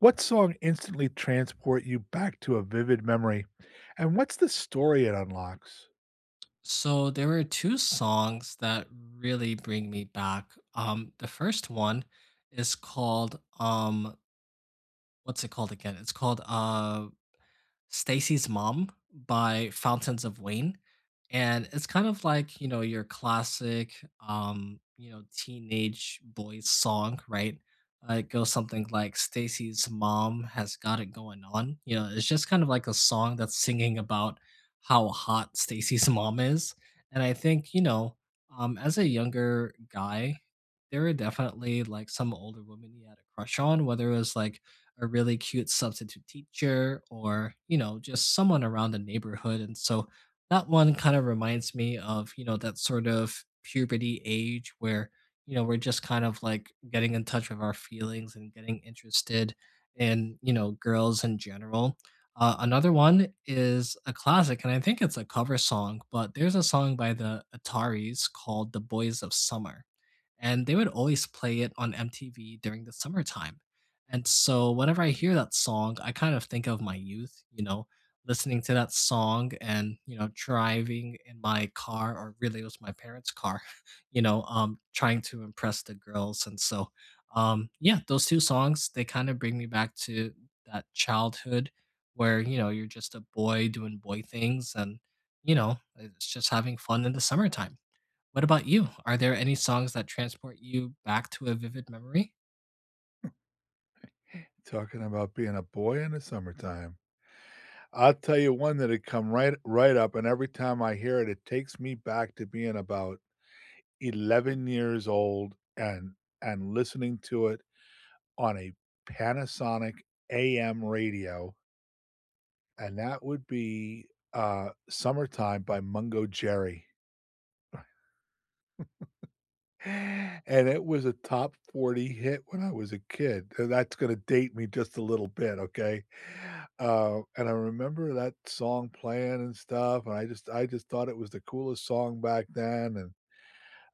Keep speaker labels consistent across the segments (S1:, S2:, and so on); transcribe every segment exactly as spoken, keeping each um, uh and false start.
S1: What song instantly transport you back to a vivid memory? And what's the story it unlocks?
S2: So there were two songs that really bring me back. Um, the first one is called um, what's it called again? It's called uh, Stacy's Mom by Fountains of Wayne. And it's kind of like, you know, your classic, um, you know, teenage boy song, right? Uh, it goes something like Stacy's mom has got it going on. You know, it's just kind of like a song that's singing about how hot Stacy's mom is. And I think, you know, um, as a younger guy, there are definitely like some older women he had a crush on, whether it was like a really cute substitute teacher or, you know, just someone around the neighborhood. And so that one kind of reminds me of, you know, that sort of puberty age where, you know, we're just kind of like getting in touch with our feelings and getting interested in, you know, girls in general. Uh, another one is a classic, and I think it's a cover song, but there's a song by the Ataris called The Boys of Summer, and they would always play it on M T V during the summertime. And so whenever I hear that song, I kind of think of my youth, you know, listening to that song and, you know, driving in my car, or really it was my parents' car, you know, um trying to impress the girls. And so um yeah, those two songs, they kind of bring me back to that childhood where, you know, you're just a boy doing boy things, and you know, it's just having fun in the summertime. What about you? Are there any songs that transport you back to a vivid memory?
S1: Talking about being a boy in the summertime. I'll tell you one that'll come right right up, and every time I hear it, it takes me back to being about eleven years old and and listening to it on a Panasonic A M radio, and that would be, uh, "Summertime" by Mungo Jerry. And it was a top forty hit when I was a kid, and that's gonna date me just a little bit, okay? Uh, and I remember that song playing and stuff, and I just I just thought it was the coolest song back then, and,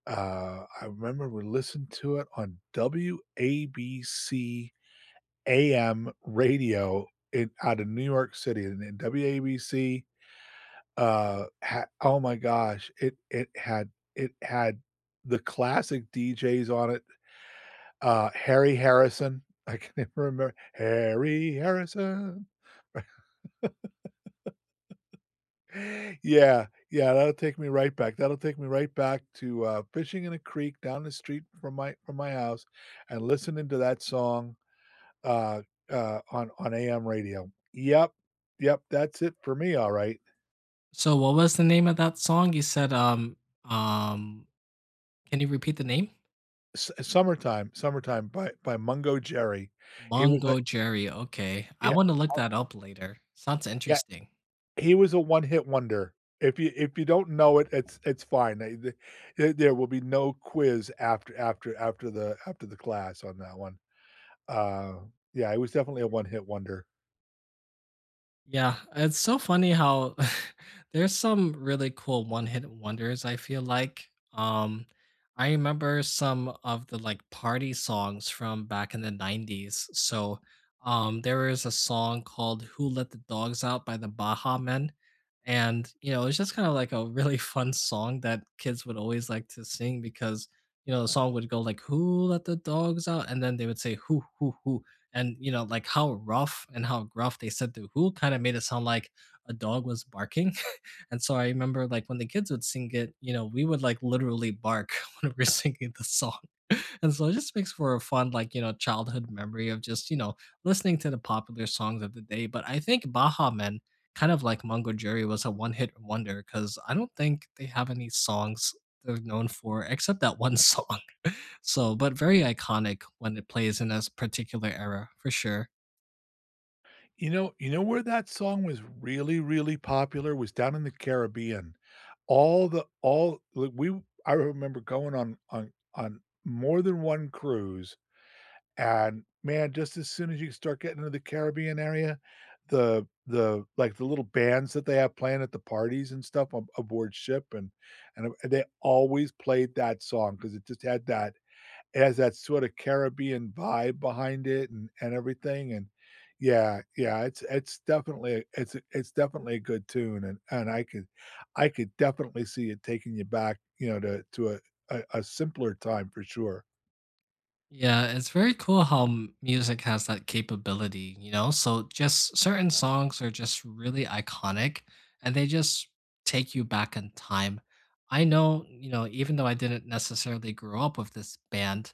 S1: uh, I remember we listened to it on W A B C A M radio in out of New York City, and then W A B C, uh, ha oh my gosh, it it had it had the classic D Js on it, uh, Harry Harrison. I can never remember Harry Harrison. Yeah, yeah, that'll take me right back. That'll take me right back to, uh, fishing in a creek down the street from my from my house and listening to that song, uh uh, on on A M radio. Yep, yep, that's it for me, alright.
S2: So what was the name of that song? You said, um, um, can you repeat the name?
S1: S "Summertime, Summertime" by by Mungo Jerry. He was like,
S2: Mongo Jerry. Okay. I
S1: yeah,
S2: want to look
S1: uh,
S2: that up later. Sounds
S1: yeah
S2: interesting.
S1: he was a one-hit wonder. If you if you don't know it, it's it's fine. They the there there will be no quiz after after after the after the class on that one. Uh, yeah, it was definitely a one-hit wonder.
S2: Yeah, it's so funny how there's some really cool one-hit wonders, I feel like. Um, I remember some of the like party songs from back in the nineties. So, um, there was a song called Who Let the Dogs Out by the Baha Men. And, you know, it's just kind of like a really fun song that kids would always like to sing because, you know, the song would go like, "Who let the dogs out?" And then they would say, Who, who, who and you know like how rough and how gruff they said the who kind of made it sound like a dog was barking. And so I remember like when the kids would sing it, you know, we would like literally bark when we were singing the song. And so it just makes for a fun, like, you know, childhood memory of just, you know, listening to the popular songs of the day. But I think Baha Men, kind of like Mungo Jerry, was a one hit wonder because I don't think they have any songs they're known for except that one song. So, but very iconic when it plays in a s- particular era, for sure.
S1: You know, you know where that song was really, really popular was down in the Caribbean. All the all like, we I remember going on on on more than one cruise. And man, just as soon as you start getting into the Caribbean area, the the like the little bands that they have playing at the parties and stuff ab aboard ship and and, um, they always played that song because it just had that it has that sort of Caribbean vibe behind it and and everything, and yeah, yeah, it's it's definitely it's it's definitely a good tune, and and I could I could definitely see it taking you back, you know, to to a a a simpler time for sure.
S2: Yeah, it's very cool how m- music has that capability, you know? So, just certain songs are just really iconic and they just take you back in time. I know, you know, even though I didn't necessarily grow up with this band,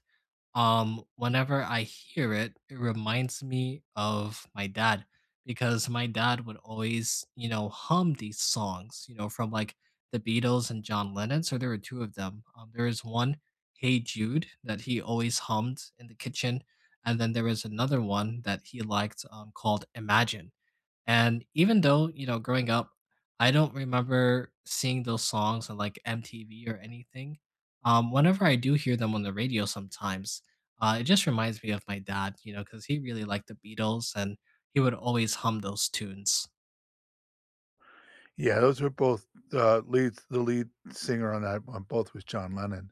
S2: Um, whenever I hear it, it reminds me of my dad because my dad would always, you know, hum these songs, you know, from like the Beatles and John Lennon. So there were two of them. Um, there is one, Hey Jude, that he always hummed in the kitchen. And then there was another one that he liked um, called Imagine. And even though, you know, growing up, I don't remember seeing those songs on like M T V or anything. Um, whenever I do hear them on the radio sometimes, uh, it just reminds me of my dad, you know, because he really liked the Beatles and he would always hum those tunes.
S1: Yeah, those were both, uh, leads the lead singer on that on both was John Lennon.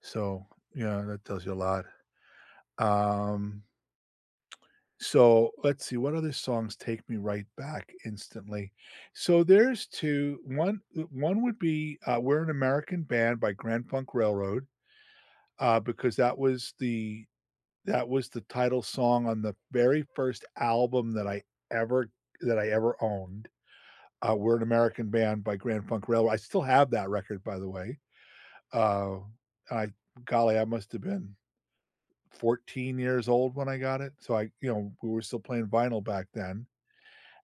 S1: So, yeah, that tells you a lot. Um, so let's see, what other songs take me right back instantly? So there's two, one uh, one would be, uh, "We're an American Band" by Grand Funk Railroad, uh, because that was the that was the title song on the very first album that I ever that I ever owned, uh, "We're an American Band" by Grand Funk Railroad. I still have that record, by the way. Uh, I golly, I must have been fourteen years old when I got it. So I, you know, we were still playing vinyl back then.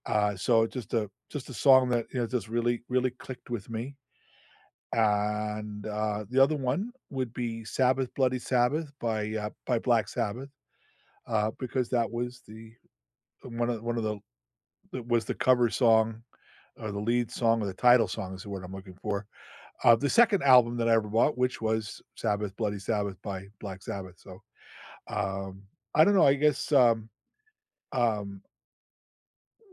S1: Uh, so it's just a just a song that, you know, just really really clicked with me. And, uh, the other one would be Sabbath Bloody Sabbath by, uh, by Black Sabbath, uh, because that was the one of one of the that was the cover song or the lead song or the title song is the word I'm looking for. Uh, the second album that I ever bought, which was Sabbath Bloody Sabbath by Black Sabbath. So Um, I don't know, I guess, um um,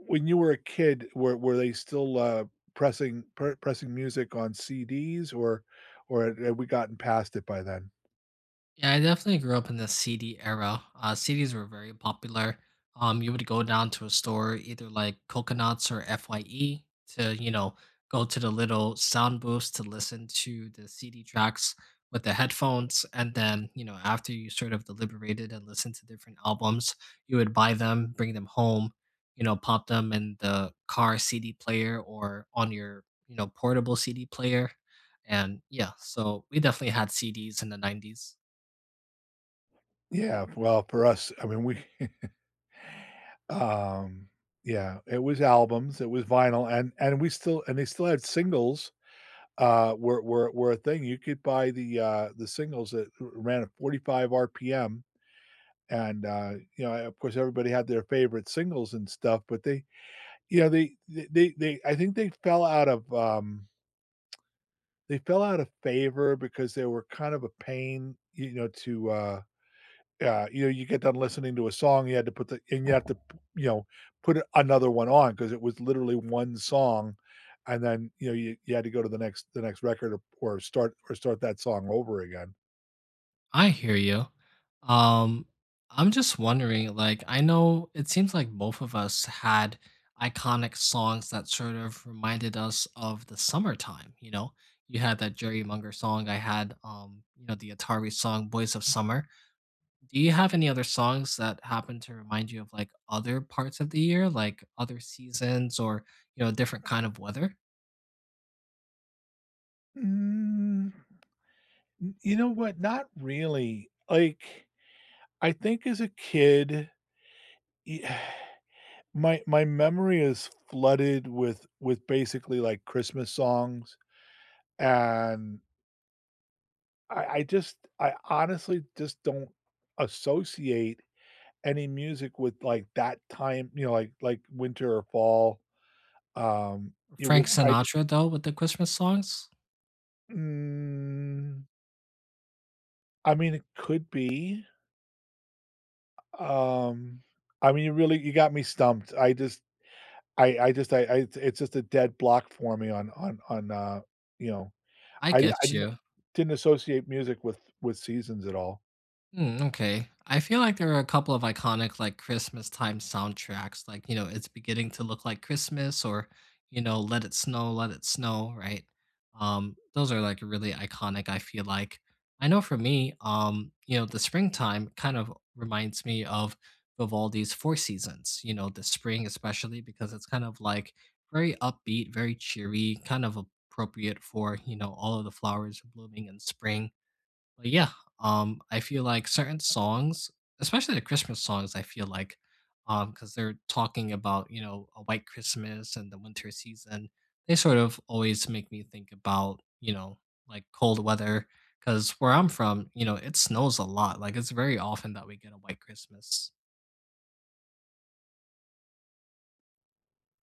S1: when you were a kid, were were they still, uh, pressing pre pressing music on C Ds or or had had we gotten past it by then?
S2: Yeah, I definitely grew up in the C D era. Uh, C Ds were very popular. Um, you would go down to a store, either like Coconuts or F Y E, to you know go to the little sound booths to listen to the C D tracks with the headphones, and then you know after you sort of deliberated and listened to different albums, you would buy them, bring them home, you know, pop them in the car C D player or on your you know portable C D player, and yeah, so we definitely had C Ds in the nineties.
S1: Yeah, well, for us, I mean, we um, yeah, it was albums, it was vinyl, and and we still and they still had singles, uh, were were were a thing. You could buy the, uh, the singles that ran at forty-five R P M, and, uh, you know, of course, everybody had their favorite singles and stuff, but they— yeah, they they they they I think they fell out of, um they fell out of favor because they were kind of a pain, you know, to, uh yeah, you know, you get done listening to a song, you had to put the— and you have to, you know, put another one on because it was literally one song, and then, you know, you you had to go to the next the next record, or or start or start that song over again.
S2: I hear you. Um, I'm just wondering, like, I know it seems like both of us had iconic songs that sort of reminded us of the summertime, you know? You had that Jerry Munger song, I had um, you know, the Atari song Boys of Summer. Do you have any other songs that happen to remind you of like other parts of the year, like other seasons or, you know, different kind of weather?
S1: Mm, you know what? Not really. Like, I think as a kid, y my my memory is flooded with with basically, like, Christmas songs, and I I just I honestly just don't associate any music with, like, that time, you know, like, like winter or fall, um, it
S2: Frank
S1: would— I just
S2: Sinatra though with the Christmas songs?
S1: mm, I mean, it could be, um, I mean, you really you got me stumped, I just I I just I I it's it's just a dead block for me on on on, uh, you know,
S2: I
S1: I di I
S2: get
S1: didn't
S2: you.
S1: didn't associate music with with seasons at all.
S2: Hmm, okay. I feel like there are a couple of iconic like Christmas time soundtracks, like you know, it's beginning to look like Christmas, or you know, Let It Snow, Let It Snow, right? Um, those are like really iconic. I feel like I know for me, um, you know, the springtime kind of reminds me of Vivaldi's Four Seasons. You know, the spring especially because it's kind of like very upbeat, very cheery, kind of appropriate for you know all of the flowers blooming in spring, but yeah, um, I feel like certain songs, especially the Christmas songs, I feel like, um, because they're talking about you know a white Christmas and the winter season, they sort of always make me think about you know like cold weather. Because where I'm from, you know, it snows a lot. Like it's very often that we get a white Christmas.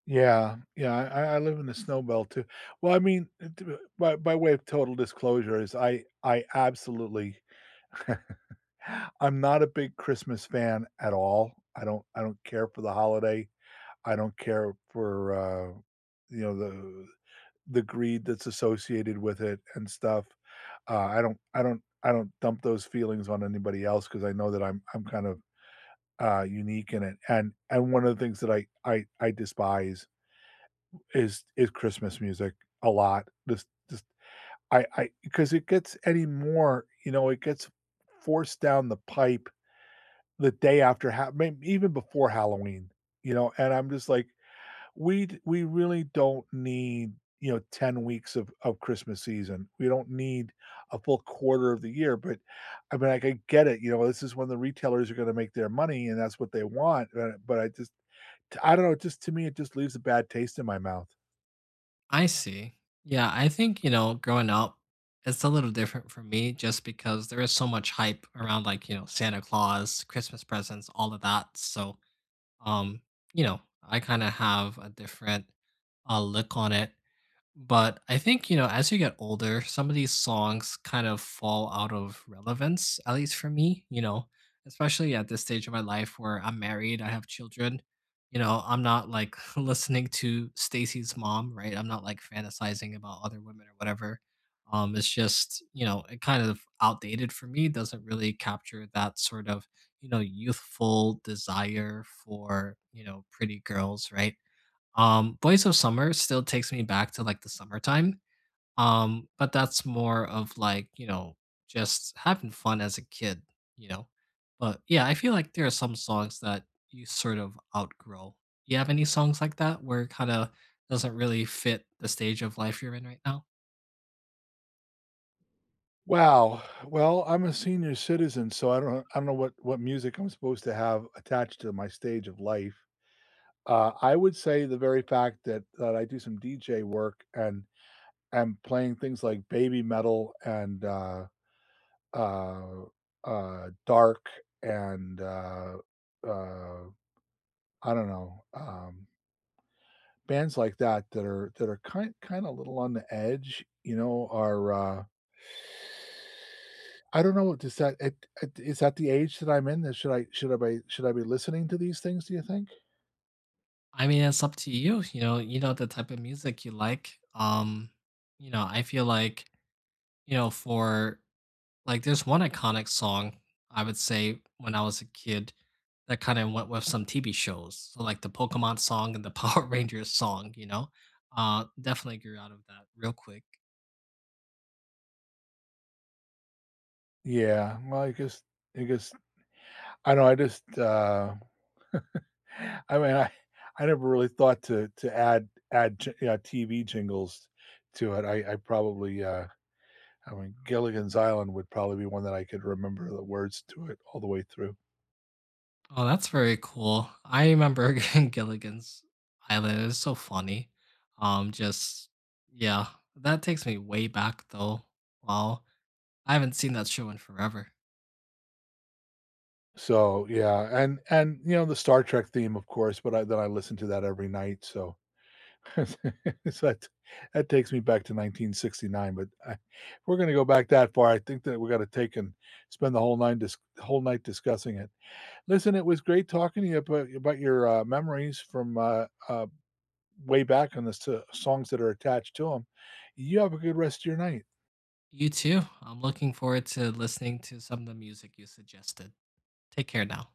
S1: Yeah, yeah, I I I live in the snow belt too. Well, I mean, uh, d uh, by by way of total disclosure is I I absolutely— I'm not a big Christmas fan at all. I don't I don't care for the holiday. I don't care for, uh, you know, the the greed that's associated with it and stuff. Uh, I don't I don't I don't dump those feelings on anybody else, 'cause I know that I'm I'm kind— uh, unique in it, and and one of the things that I I I despise is is Christmas music a lot. This just— I I because it gets any more, you know, it gets forced down the pipe the day after, ha- may- even before Halloween, you know, and I'm just like, we d- we really don't need, you know, ten weeks of of Christmas season. We don't need a full quarter of the year, but I mean, like, I get it. You know, this is when the retailers are going to make their money, and that's what they want. uh, But I just— T I don't know, just to me, it just leaves a bad taste in my mouth.
S2: I see. Yeah, I think you know, growing up, it's a little different for me just because there is so much hype around like you know Santa Claus, Christmas presents, all of that. So um, you know, I kind of have a different uh, look on it, but I think, you know, as you get older, some of these songs kind of fall out of relevance, at least for me, you know, especially at this stage of my life where I'm married, I have children. You know, I'm not like listening to Stacy's mom, right? I'm not like fantasizing about other women or whatever. Um, it's just, you know, it kind of outdated for me, doesn't really capture that sort of, you know, youthful desire for, you know, pretty girls, right? Um, Boys of Summer still takes me back to, like, the summertime, um, but that's more of, like, you know, just having fun as a kid, you know? But, yeah, I feel like there are some songs that you sort of outgrow. You have any songs like that where it kinda doesn't really fit the stage of life you're in right now?
S1: Wow. Well, I'm a senior citizen, so I don't I don't know what what music I'm supposed to have attached to my stage of life. Uh, I would say the very fact that that I do some D J work and am playing things like baby metal and, uh, uh, uh, dark and, uh, uh, I don't know, um bands like that, that are that are kind kinda a little on the edge, you know, are, uh I don't know, does that— it it is that the age that I'm in, that should I should I be— should I be listening to these things, do you think?
S2: I mean, it's up to you, you know, you know the type of music you like, um, you know, I feel like, you know, for like, there's one iconic song, I would say, when I was a kid, that kinda went with some T V shows, so, like, the Pokemon song and the Power Rangers song, you know? Uh, definitely grew out of that real quick.
S1: Yeah, well, I guess I guess I know, I just, uh I mean, I I never really thought to to add add j yeah, T V jingles to it. I I probably, uh I mean, Gilligan's Island would probably be one that I could remember the words to it all the way through.
S2: Oh, that's very cool. I remember Gilligan's Island, it was so funny. Um, just yeah, that takes me way back, though. Wow. I haven't seen that show in forever.
S1: So, yeah, and, and, you know, the Star Trek theme, of course, but I— then I listen to that every night, so so that— that takes me back to nineteen sixty-nine, but I— if we're gonna go back that far, I think that we gotta take and spend the whole nine dis whole night discussing it. Listen, it was great talking to you about about your, uh, memories from, uh, uh, way back on the s songs that are attached to them. You have a good rest of your night.
S2: You too. I'm looking forward to listening to some of the music you suggested. Take care now.